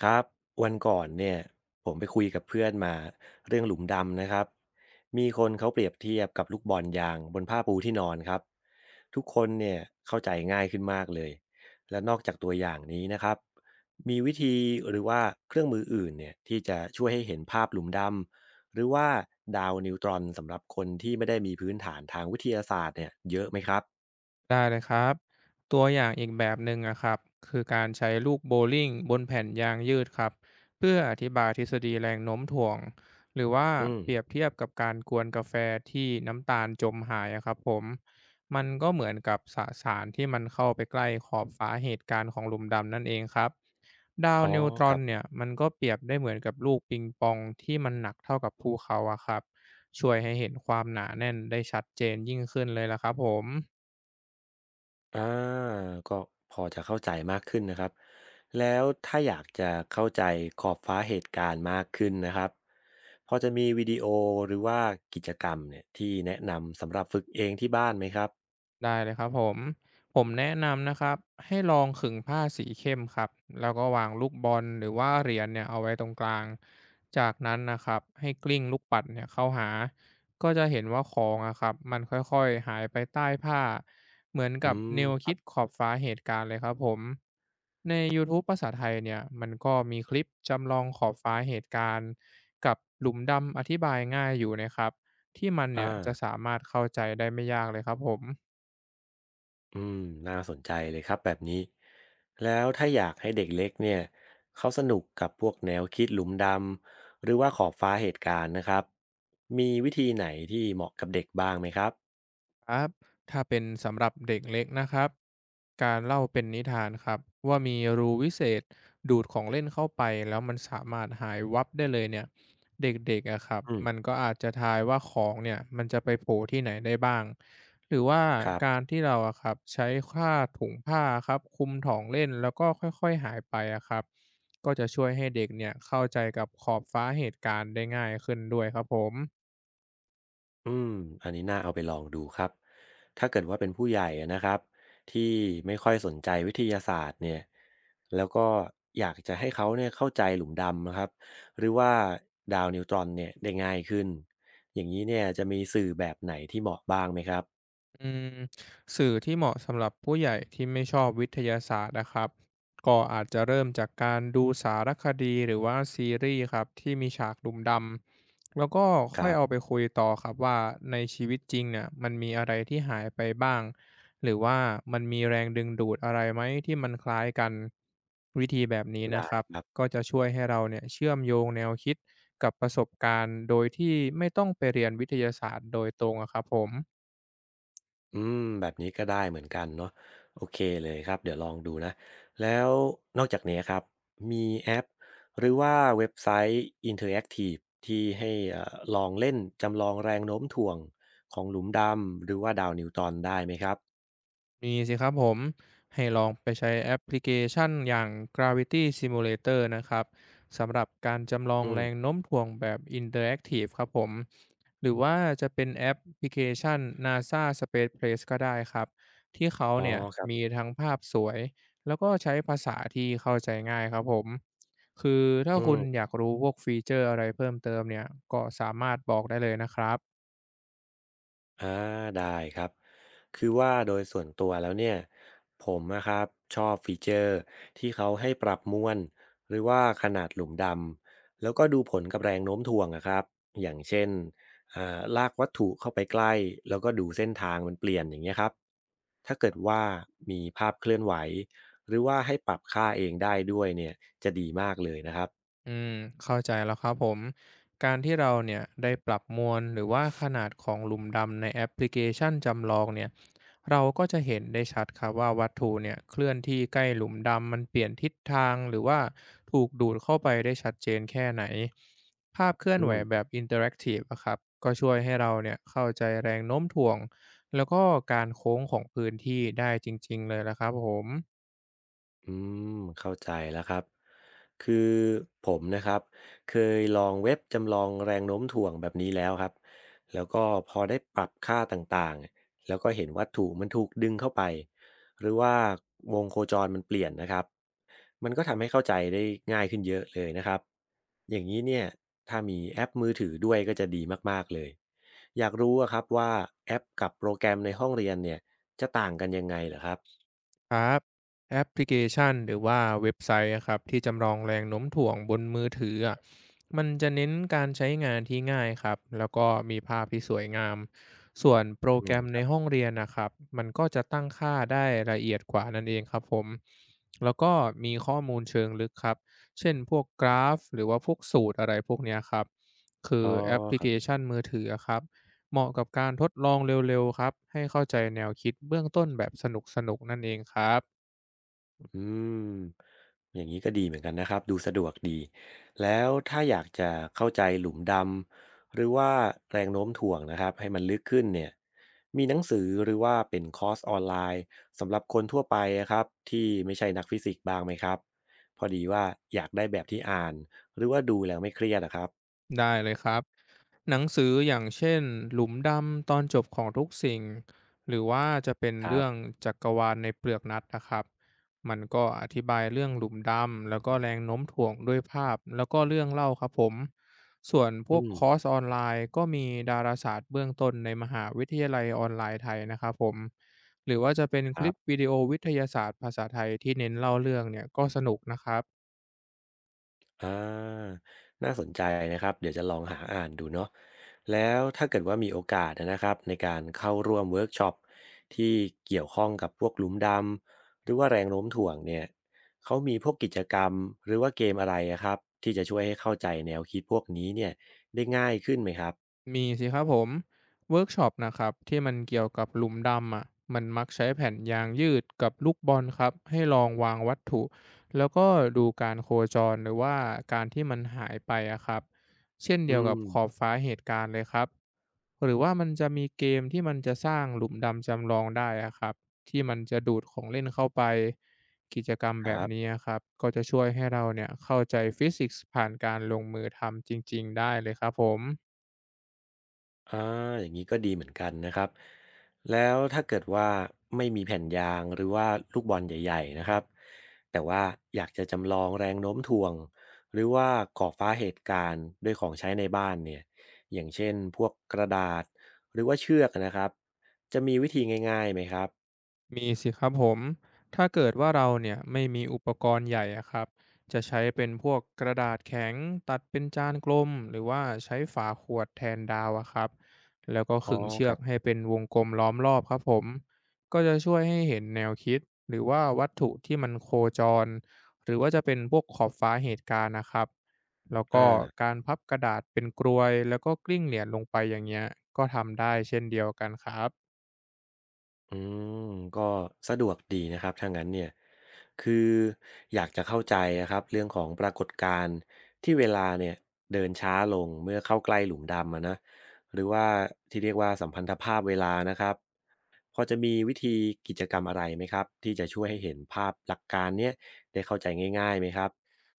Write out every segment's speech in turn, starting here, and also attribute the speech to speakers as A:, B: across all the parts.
A: ครับวันก่อนเนี่ยผมไปคุยกับเพื่อนมาเรื่องหลุมดำนะครับมีคนเขาเปรียบเทียบกับลูกบอลยางบนผ้าปูที่นอนครับทุกคนเนี่ยเข้าใจง่ายขึ้นมากเลยและนอกจากตัวอย่างนี้นะครับมีวิธีหรือว่าเครื่องมืออื่นเนี่ยที่จะช่วยให้เห็นภาพหลุมดำหรือว่าดาวนิวตรอนสำหรับคนที่ไม่ได้มีพื้นฐานทางวิทยาศาสตร์เนี่ยเยอะไหมครับ
B: ได้เลยครับตัวอย่างอีกแบบหนึ่งนะครับคือการใช้ลูกโบว์ลิ่งบนแผ่นยางยืดครับเพื่ออธิบายทฤษฎีแรงโน้มถ่วงหรือว่า
A: อืม
B: เปรียบเทียบกับการกวนกาแฟที่น้ำตาลจมหายอะครับผมมันก็เหมือนกับสสารที่มันเข้าไปใกล้ขอบฟ้าเหตุการณ์ของหลุมดำนั่นเองครับดาว
A: อ๋อ
B: นิวตร
A: ค
B: อ
A: รั
B: น
A: บ
B: เนี่ยมันก็เปรียบได้เหมือนกับลูกปิงปองที่มันหนักเท่ากับภูเขาอะครับช่วยให้เห็นความหนาแน่นได้ชัดเจนยิ่งขึ้นเลยล่ะครับผม
A: อาก็พอจะเข้าใจมากขึ้นนะครับแล้วถ้าอยากจะเข้าใจขอบฟ้าเหตุการณ์มากขึ้นนะครับพอจะมีวิดีโอหรือว่ากิจกรรมเนี่ยที่แนะนำสำหรับฝึกเองที่บ้านไหมครับ
B: ได้เลยครับผมแนะนำนะครับให้ลองขึงผ้าสีเข้มครับแล้วก็วางลูกบอลหรือว่าเหรียญเนี่ยเอาไว้ตรงกลางจากนั้นนะครับให้กลิ้งลูกปัดเนี่ยเข้าหาก็จะเห็นว่าของอะครับมันค่อยๆหายไปใต้ผ้าเหมือน
A: อื
B: กับ
A: ม
B: แนว
A: ครั
B: คิด
A: บ
B: ขอบฟ้าเหตุการณ์เลยครับผมใน YouTube ภาษาไทยเนี่ยมันก็มีคลิปจำลองขอบฟ้าเหตุการณ์กับหลุมดำอธิบายง่ายอยู่นะครับที่มัน
A: อา
B: เนี่ยจะสามารถเข้าใจได้ไม่ยากเลยครับผม
A: อืมน่าสนใจเลยครับแบบนี้แล้วถ้าอยากให้เด็กเล็กเนี่ยเขาสนุกกับพวกแนวคิดหลุมดำหรือว่าขอบฟ้าเหตุการณ์นะครับมีวิธีไหนที่เหมาะกับเด็กบ้างไหมครับ
B: ครับถ้าเป็นสำหรับเด็กเล็กนะครับการเล่าเป็นนิทานครับว่ามีรูวิเศษดูดของเล่นเข้าไปแล้วมันสามารถหายวับได้เลยเนี่ยเด็กๆอะครับ
A: อืม
B: มันก็อาจจะทายว่าของเนี่ยมันจะไปโผล่ที่ไหนได้บ้างหรือว่า
A: ครับ
B: การที่เราอะครับใช้ผ้าถุงผ้าครับคลุมถองเล่นแล้วก็ค่อยๆหายไปอะครับก็จะช่วยให้เด็กเนี่ยเข้าใจกับขอบฟ้าเหตุการณ์ได้ง่ายขึ้นด้วยครับผม
A: อืมอันนี้น่าเอาไปลองดูครับถ้าเกิดว่าเป็นผู้ใหญ่อะนะครับที่ไม่ค่อยสนใจวิทยาศาสตร์เนี่ยแล้วก็อยากจะให้เขาเนี่ยเข้าใจหลุมดำนะครับหรือว่าดาวนิวตรอนเนี่ยได้ง่ายขึ้นอย่างนี้เนี่ยจะมีสื่อแบบไหนที่เหมาะบ้างไหมครับ
B: อืมสื่อที่เหมาะสำหรับผู้ใหญ่ที่ไม่ชอบวิทยาศาสตร์นะครับก็อาจจะเริ่มจากการดูสารคดีหรือว่าซีรีส์ครับที่มีฉากดุมดำแล้วก็
A: ค
B: ค่อย
A: รั
B: เอาไป
A: บ
B: คุยต่อครับว่าในชีวิตจริงเนี่ยมันมีอะไรที่หายไปบ้างหรือว่ามันมีแรงดึงดูดอะไรไหมที่มันคล้ายกันวิธีแบบนี้นะ
A: ได้
B: ครับ
A: ครับ
B: ก็จะช่วยให้เราเนี่ยเชื่อมโยงแนวคิดกับประสบการณ์โดยที่ไม่ต้องไปเรียนวิทยาศาสตร์โดยตรงอะครับผม
A: อืมแบบนี้ก็ได้เหมือนกันเนาะโอเคเลยครับเดี๋ยวลองดูนะแล้วนอกจากนี้ครับมีแอปหรือว่าเว็บไซต์อินเทอร์แอคทีฟที่ให้ลองเล่นจำลองแรงโน้มถ่วงของหลุมดำหรือว่าดาวนิวตอนได้ไหมครับ
B: มีสิครับผมให้ลองไปใช้แอปพลิเคชันอย่าง Gravity Simulator นะครับสำหรับการจำลอง
A: อื
B: แร
A: ม
B: งโน้มถ่วงแบบ Interactive ครับผมหรือว่าจะเป็นแอปพลิเคชัน NASA Space Place ก็ได้ครับที่เขา
A: อ๋อ
B: เนี่ย
A: ครั
B: มี
A: บ
B: ทั้งภาพสวยแล้วก็ใช้ภาษาที่เข้าใจง่ายครับผมคือถ้า
A: อื
B: คุณอ
A: ม
B: ยากรู้พวกฟีเจอร์อะไรเพิ่มเติมเนี่ยก็สามารถบอกได้เลยนะครับ
A: อาได้ครับคือว่าโดยส่วนตัวแล้วเนี่ยผมนะครับชอบฟีเจอร์ที่เขาให้ปรับมวลหรือว่าขนาดหลุมดำแล้วก็ดูผลกับแรงโน้มถ่วงนะครับอย่างเช่นลากวัตถุเข้าไปใกล้แล้วก็ดูเส้นทางมันเปลี่ยนอย่างเงี้ยครับถ้าเกิดว่ามีภาพเคลื่อนไหวหรือว่าให้ปรับค่าเองได้ด้วยเนี่ยจะดีมากเลยนะครับ
B: อืมเข้าใจแล้วครับผม การที่เราเนี่ยได้ปรับมวลหรือว่าขนาดของหลุมดำในแอปพลิเคชันจำลองเนี่ยเราก็จะเห็นได้ชัดครับว่าวัตถุเนี่ยเคลื่อนที่ใกล้หลุมดำมันเปลี่ยนทิศทางหรือว่าถูกดูดเข้าไปได้ชัดเจนแค่ไหน ภาพเคลื่อน
A: อื
B: ไหว
A: ม
B: แบบอินเ r อร์แอคทีฟอะครับก็ช่วยให้เราเนี่ยเข้าใจแรงโน้มถ่วงแล้วก็การโค้งของพื้นที่ได้จริงๆเลยละครับผม
A: อืมเข้าใจแล้วครับคือผมนะครับเคยลองเว็บจำลองแรงโน้มถ่วงแบบนี้แล้วครับแล้วก็พอได้ปรับค่าต่างๆแล้วก็เห็นวัตถุมันถูกดึงเข้าไปหรือว่าวงโคจรมันเปลี่ยนนะครับมันก็ทำให้เข้าใจได้ง่ายขึ้นเยอะเลยนะครับอย่างนี้เนี่ยถ้ามีแอปมือถือด้วยก็จะดีมากๆเลยอยากรู้อะครับว่าแอปกับโปรแกรมในห้องเรียนเนี่ยจะต่างกันยังไงเหรอครับ
B: ครับแอปพลิเคชันหรือว่าเว็บไซต์อะครับที่จำลองแรงโน้มถ่วงบนมือถืออะมันจะเน้นการใช้งานที่ง่ายครับแล้วก็มีภาพที่สวยงามส่วนโปร
A: อื
B: แกร
A: ม
B: ม
A: ค
B: ใน
A: รับ
B: ห้องเรียนนะครับมันก็จะตั้งค่าได้ละเอียดกว่านั่นเองครับผมแล้วก็มีข้อมูลเชิงลึกครับเช่นพวกกราฟหรือว่าพวกสูตรอะไรพวกเนี้ยครับคือ
A: อ๋อ
B: แอปพลิเคชันมือถืออะครับ เหมาะกับการทดลองเร็วๆครับ ให้เข้าใจแนวคิดเบื้องต้นแบบสนุกๆนั่นเองครับ
A: อืมอย่างนี้ก็ดีเหมือนกันนะครับดูสะดวกดีแล้วถ้าอยากจะเข้าใจหลุมดำหรือว่าแรงโน้มถ่วงนะครับให้มันลึกขึ้นเนี่ยมีหนังสือหรือว่าเป็นคอร์สออนไลน์สำหรับคนทั่วไปอะครับที่ไม่ใช่นักฟิสิกส์บ้างไหมครับพอดีว่าอยากได้แบบที่อ่านหรือว่าดูแล้วไม่เครียดนะครับ
B: ได้เลยครับหนังสืออย่างเช่นหลุมดำตอนจบของทุกสิ่งหรือว่าจะเป็น
A: ครั
B: เรื่
A: บ
B: องจักรวาลในเปลือกนัดนะครับมันก็อธิบายเรื่องหลุมดำแล้วก็แรงโน้มถ่วงด้วยภาพแล้วก็เรื่องเล่าครับผมส่วนพว
A: อื
B: ก
A: ม
B: คอร์สออนไลน์ก็มีดาราศาสตร์เบื้องต้นในมหาวิทยาลัยออนไลน์ไทยนะครับผมหรือว่าจะเป็น
A: ค
B: ค
A: รั
B: ลิป
A: บ
B: วิดีโอวิทยาศาสตร์ภาษาไทยที่เน้นเล่าเรื่องเนี่ยก็สนุกนะครับ
A: อาน่าสนใจนะครับเดี๋ยวจะลองหาอ่านดูเนาะแล้วถ้าเกิดว่ามีโอกาสนะครับในการเข้าร่วมเวิร์กช็อปที่เกี่ยวข้องกับพวกหลุมดำหรือว่าแรงโน้มถ่วงเนี่ยเขามีพวกกิจกรรมหรือว่าเกมอะไรอะครับที่จะช่วยให้เข้าใจแนวคิดพวกนี้เนี่ยได้ง่ายขึ้นไหมครับ
B: มีสิครับผมเวิร์กช็อปนะครับที่มันเกี่ยวกับหลุมดำอ่ะมันมักใช้แผ่นยางยืดกับลูกบอลครับให้ลองวางวัตถุแล้วก็ดูการโคจรหรือว่าการที่มันหายไปอะครับเช่นเดี
A: อื
B: ยวกับขอบ
A: ม
B: ฟ้าเหตุการณ์เลยครับหรือว่ามันจะมีเกมที่มันจะสร้างหลุมดำจำลองได้อะครับที่มันจะดูดของเล่นเข้าไปกิจกรรม
A: ค
B: แบบ
A: รั
B: นี้
A: บ
B: อะครับก็จะช่วยให้เราเนี่ยเข้าใจฟิสิกส์ผ่านการลงมือทำจริงๆได้เลยครับผม
A: อาอย่างนี้ก็ดีเหมือนกันนะครับแล้วถ้าเกิดว่าไม่มีแผ่นยางหรือว่าลูกบอลใหญ่ๆนะครับแต่ว่าอยากจะจำลองแรงโน้มถ่วงหรือว่าก่อฟ้าเหตุการณ์ด้วยของใช้ในบ้านเนี่ยอย่างเช่นพวกกระดาษหรือว่าเชือกนะครับจะมีวิธีง่ายๆไหมครับ
B: มีสิครับผม ถ้าเกิดว่าเราเนี่ยไม่มีอุปกรณ์ใหญ่อะครับจะใช้เป็นพวกกระดาษแข็งตัดเป็นจานกลมหรือว่าใช้ฝาขวดแทนดาวอะครับแล้วก็
A: อ๋อ
B: ขึงเชื
A: ค
B: อ
A: รั
B: กให้
A: บ
B: เป็นวงกลมล้อมรอบครับผมก็จะช่วยให้เห็นแนวคิดหรือว่าวัตถุที่มันโคจรหรือว่าจะเป็นพวกขอบฟ้าเหตุการณ์นะครับแล้วก็
A: อา
B: การพับกระดาษเป็นกรวยแล้วก็กลิ้งเหรียญลงไปอย่างเงี้ยก็ทำได้เช่นเดียวกันครับ
A: อืมก็สะดวกดีนะครับถ้างั้นเนี่ยคืออยากจะเข้าใจนะครับเรื่องของปรากฏการณ์ที่เวลาเนี่ยเดินช้าลงเมื่อเข้าใกล้หลุมดำอะนะหรือว่าที่เรียกว่าสัมพันธภาพเวลานะครับพอจะมีวิธีกิจกรรมอะไรไหมครับที่จะช่วยให้เห็นภาพหลักการเนี้ยได้เข้าใจง่ายๆไหมครับ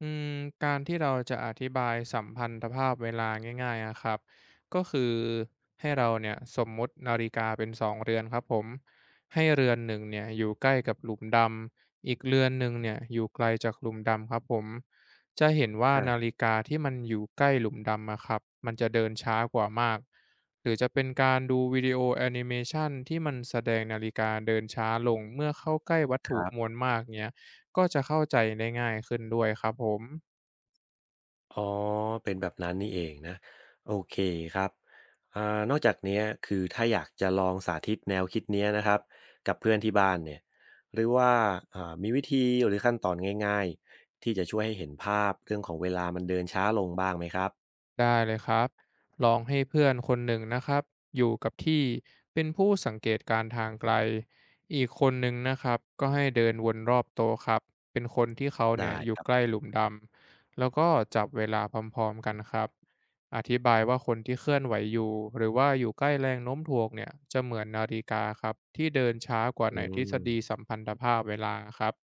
B: อืมการที่เราจะอธิบายสัมพันธภาพเวลาง่ายๆนะครับก็คือให้เราเนี่ยสมมุตินาฬิกาเป็นสองเรือนครับผมให้เรือนหนึ่งเนี่ยอยู่ใกล้กับหลุมดำอีกเรือนหนึ่งเนี่ยอยู่ไกลจากหลุมดำครับผมจะเห็นว่านา
A: อา
B: ฬิกาที่มันอยู่ใกล้หลุมดำอะครับมันจะเดินช้ากว่ามากหรือจะเป็นการดูวิดีโอแอนิเมชันที่มันแสดงนาฬิกาเดินช้าลงเมื่อเข้าใกล้วัต
A: ค
B: ถุ
A: รั
B: มว
A: บ
B: ลมากเนี่ย ก็จะเข้าใจได้ง่ายขึ้นด้วยครับผม
A: อ๋อ เป็นแบบนั้นนี่เองนะโอเคครับอ่านอกจากเนี้ยคือถ้าอยากจะลองสาธิตแนวคิดเนี้ยนะครับกับเพื่อนที่บ้านเนี่ยหรือว่ามีวิธีหรือขั้นตอนง่ายๆที่จะช่วยให้เห็นภาพเรื่องของเวลามันเดินช้าลงบ้างไหมครับ
B: ได้เลยครับลองให้เพื่อนคนหนึ่งนะครับอยู่กับที่เป็นผู้สังเกตการณ์ทางไกลอีกคนหนึ่งนะครับก็ให้เดินวนรอบโต๊ะครับเป็นคนที่เขาเนี่ย
A: ได้
B: อ
A: ค
B: ยู่
A: รับ
B: ใกล้หลุมดำแล้วก็จับเวลาพร้อมๆกันครับอธิบายว่าคนที่เคลื่อนไหวอยู่หรือว่าอยู่ใกล้แรงโน้มถ่วงเนี่ยจะเหมือนนาฬิกาครับที่เดินช้ากว่า
A: อื
B: ในทฤษ
A: ม
B: ฎีสัมพันธภาพเวลาครับ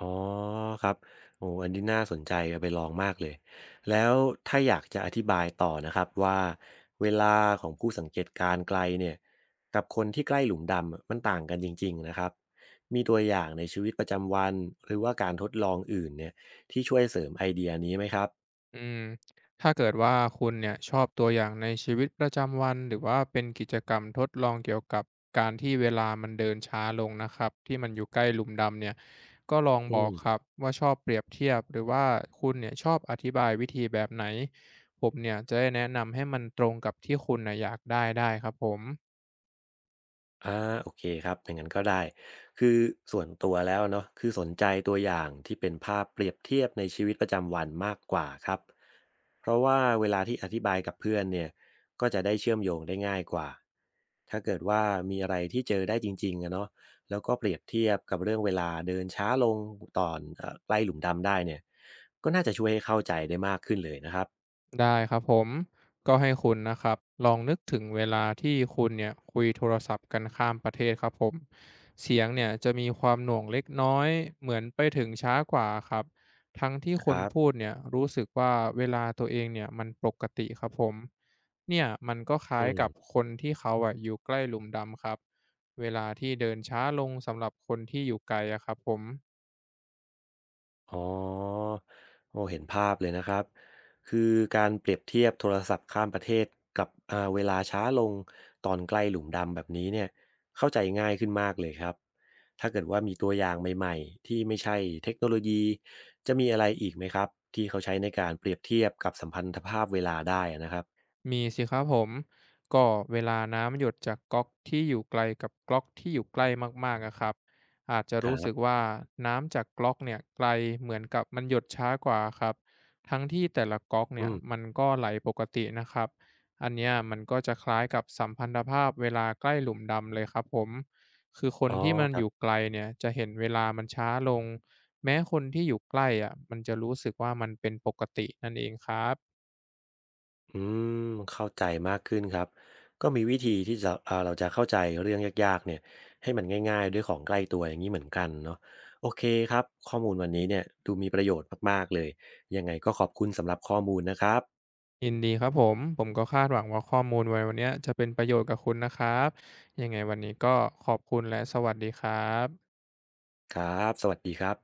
A: อ๋อครับโอ้อันนี้น่าสนใจเอาไปลองมากเลยแล้วถ้าอยากจะอธิบายต่อนะครับว่าเวลาของผู้สังเกตการณ์ไกลเนี่ยกับคนที่ใกล้หลุมดำอะมันต่างกันจริงๆนะครับมีตัวอย่างในชีวิตประจำวันหรือว่าการทดลองอื่นเนี่ยที่ช่วยเสริมไอเดียนี้ไหมครับ
B: อืมถ้าเกิดว่าคุณเนี่ยชอบตัวอย่างในชีวิตประจำวันหรือว่าเป็นกิจกรรมทดลองเกี่ยวกับการที่เวลามันเดินช้าลงนะครับที่มันอยู่ใกล้หลุมดำเนี่ยก็ลองบ
A: อื
B: อก
A: ม
B: ครับว่าชอบเปรียบเทียบหรือว่าคุณเนี่ยชอบอธิบายวิธีแบบไหนผมเนี่ยจะได้แนะนำให้มันตรงกับที่คุณนะอยากได้ได้ครับผม
A: อาโอเคครับอย่างนั้นก็ได้คือส่วนตัวแล้วเนาะคือสนใจตัวอย่างที่เป็นภาพเปรียบเทียบในชีวิตประจำวันมากกว่าครับเพราะว่าเวลาที่อธิบายกับเพื่อนเนี่ยก็จะได้เชื่อมโยงได้ง่ายกว่าถ้าเกิดว่ามีอะไรที่เจอได้จริงๆอะเนาะแล้วก็เปรียบเทียบกับเรื่องเวลาเดินช้าลงตอนไล่หลุมดำได้เนี่ยก็น่าจะช่วยให้เข้าใจได้มากขึ้นเลยนะครับ
B: ได้ครับผมก็ให้คุณนะครับลองนึกถึงเวลาที่คุณเนี่ยคุยโทรศัพท์กันข้ามประเทศครับผมเสียงเนี่ยจะมีความหน่วงเล็กน้อยเหมือนไปถึงช้ากว่าครับทั้งที่
A: ค
B: คน
A: รั
B: พูด
A: บ
B: เนี่ยรู้สึกว่าเวลาตัวเองเนี่ยมันปกติครับผมเนี่ยมันก็คล้า
A: อื
B: ย
A: ม
B: กับคนที่เขาอะอยู่ใกล้หลุมดำครับเวลาที่เดินช้าลงสำหรับคนที่อยู่ไกลอะครับผม
A: อ๋อโอ้เห็นภาพเลยนะครับคือการเปรียบเทียบโทรศัพท์ข้ามประเทศกับเวลาช้าลงตอนใกล้หลุมดำแบบนี้เนี่ยเข้าใจง่ายขึ้นมากเลยครับถ้าเกิดว่ามีตัวอย่างใหม่ๆที่ไม่ใช่เทคโนโลยีจะมีอะไรอีกไหมครับที่เขาใช้ในการเปรียบเทียบกับสัมพันธภาพเวลาได้อะนะครับ
B: มีสิครับผมก็เวลาน้ำหยดจากก๊อกที่อยู่ไกลกับก๊อกที่อยู่ใกล้มากๆอะครับอาจจะ
A: ค
B: รู้
A: รั
B: สึก
A: บ
B: ว่าน้ำจากก๊อกเนี่ยไกลเหมือนกับมันหยดช้ากว่าครับทั้งที่แต่ละก๊อกเนี่ย
A: อื
B: มั
A: ม
B: นก็ไหลปกตินะครับอันเนี้ยมันก็จะคล้ายกับสัมพันธภาพเวลาใกล้หลุมดำเลยครับผมคือคน
A: อ๋อ
B: ที่มัน
A: ค
B: อ
A: รั
B: ยู่
A: บ
B: ไกลเนี่ยจะเห็นเวลามันช้าลงแม้คนที่อยู่ใกล้อะมันจะรู้สึกว่ามันเป็นปกตินั่นเองครับ
A: อืมเข้าใจมากขึ้นครับก็มีวิธีที่จะเราจะเข้าใจเรื่องยากๆเนี่ยให้มันง่ายๆด้วยของใกล้ตัวอย่างนี้เหมือนกันเนาะโอเคครับข้อมูลวันนี้เนี่ยดูมีประโยชน์มากๆเลยยังไงก็ขอบคุณสำหรับข้อมูลนะครับ
B: ยินดีครับผม ผมก็คาดหวังว่าข้อมูลไววันเนี้ยจะเป็นประโยชน์กับคุณนะครับยังไงวันนี้ก็ขอบคุณและสวัสดีครับ
A: ครับสวัสดีครับ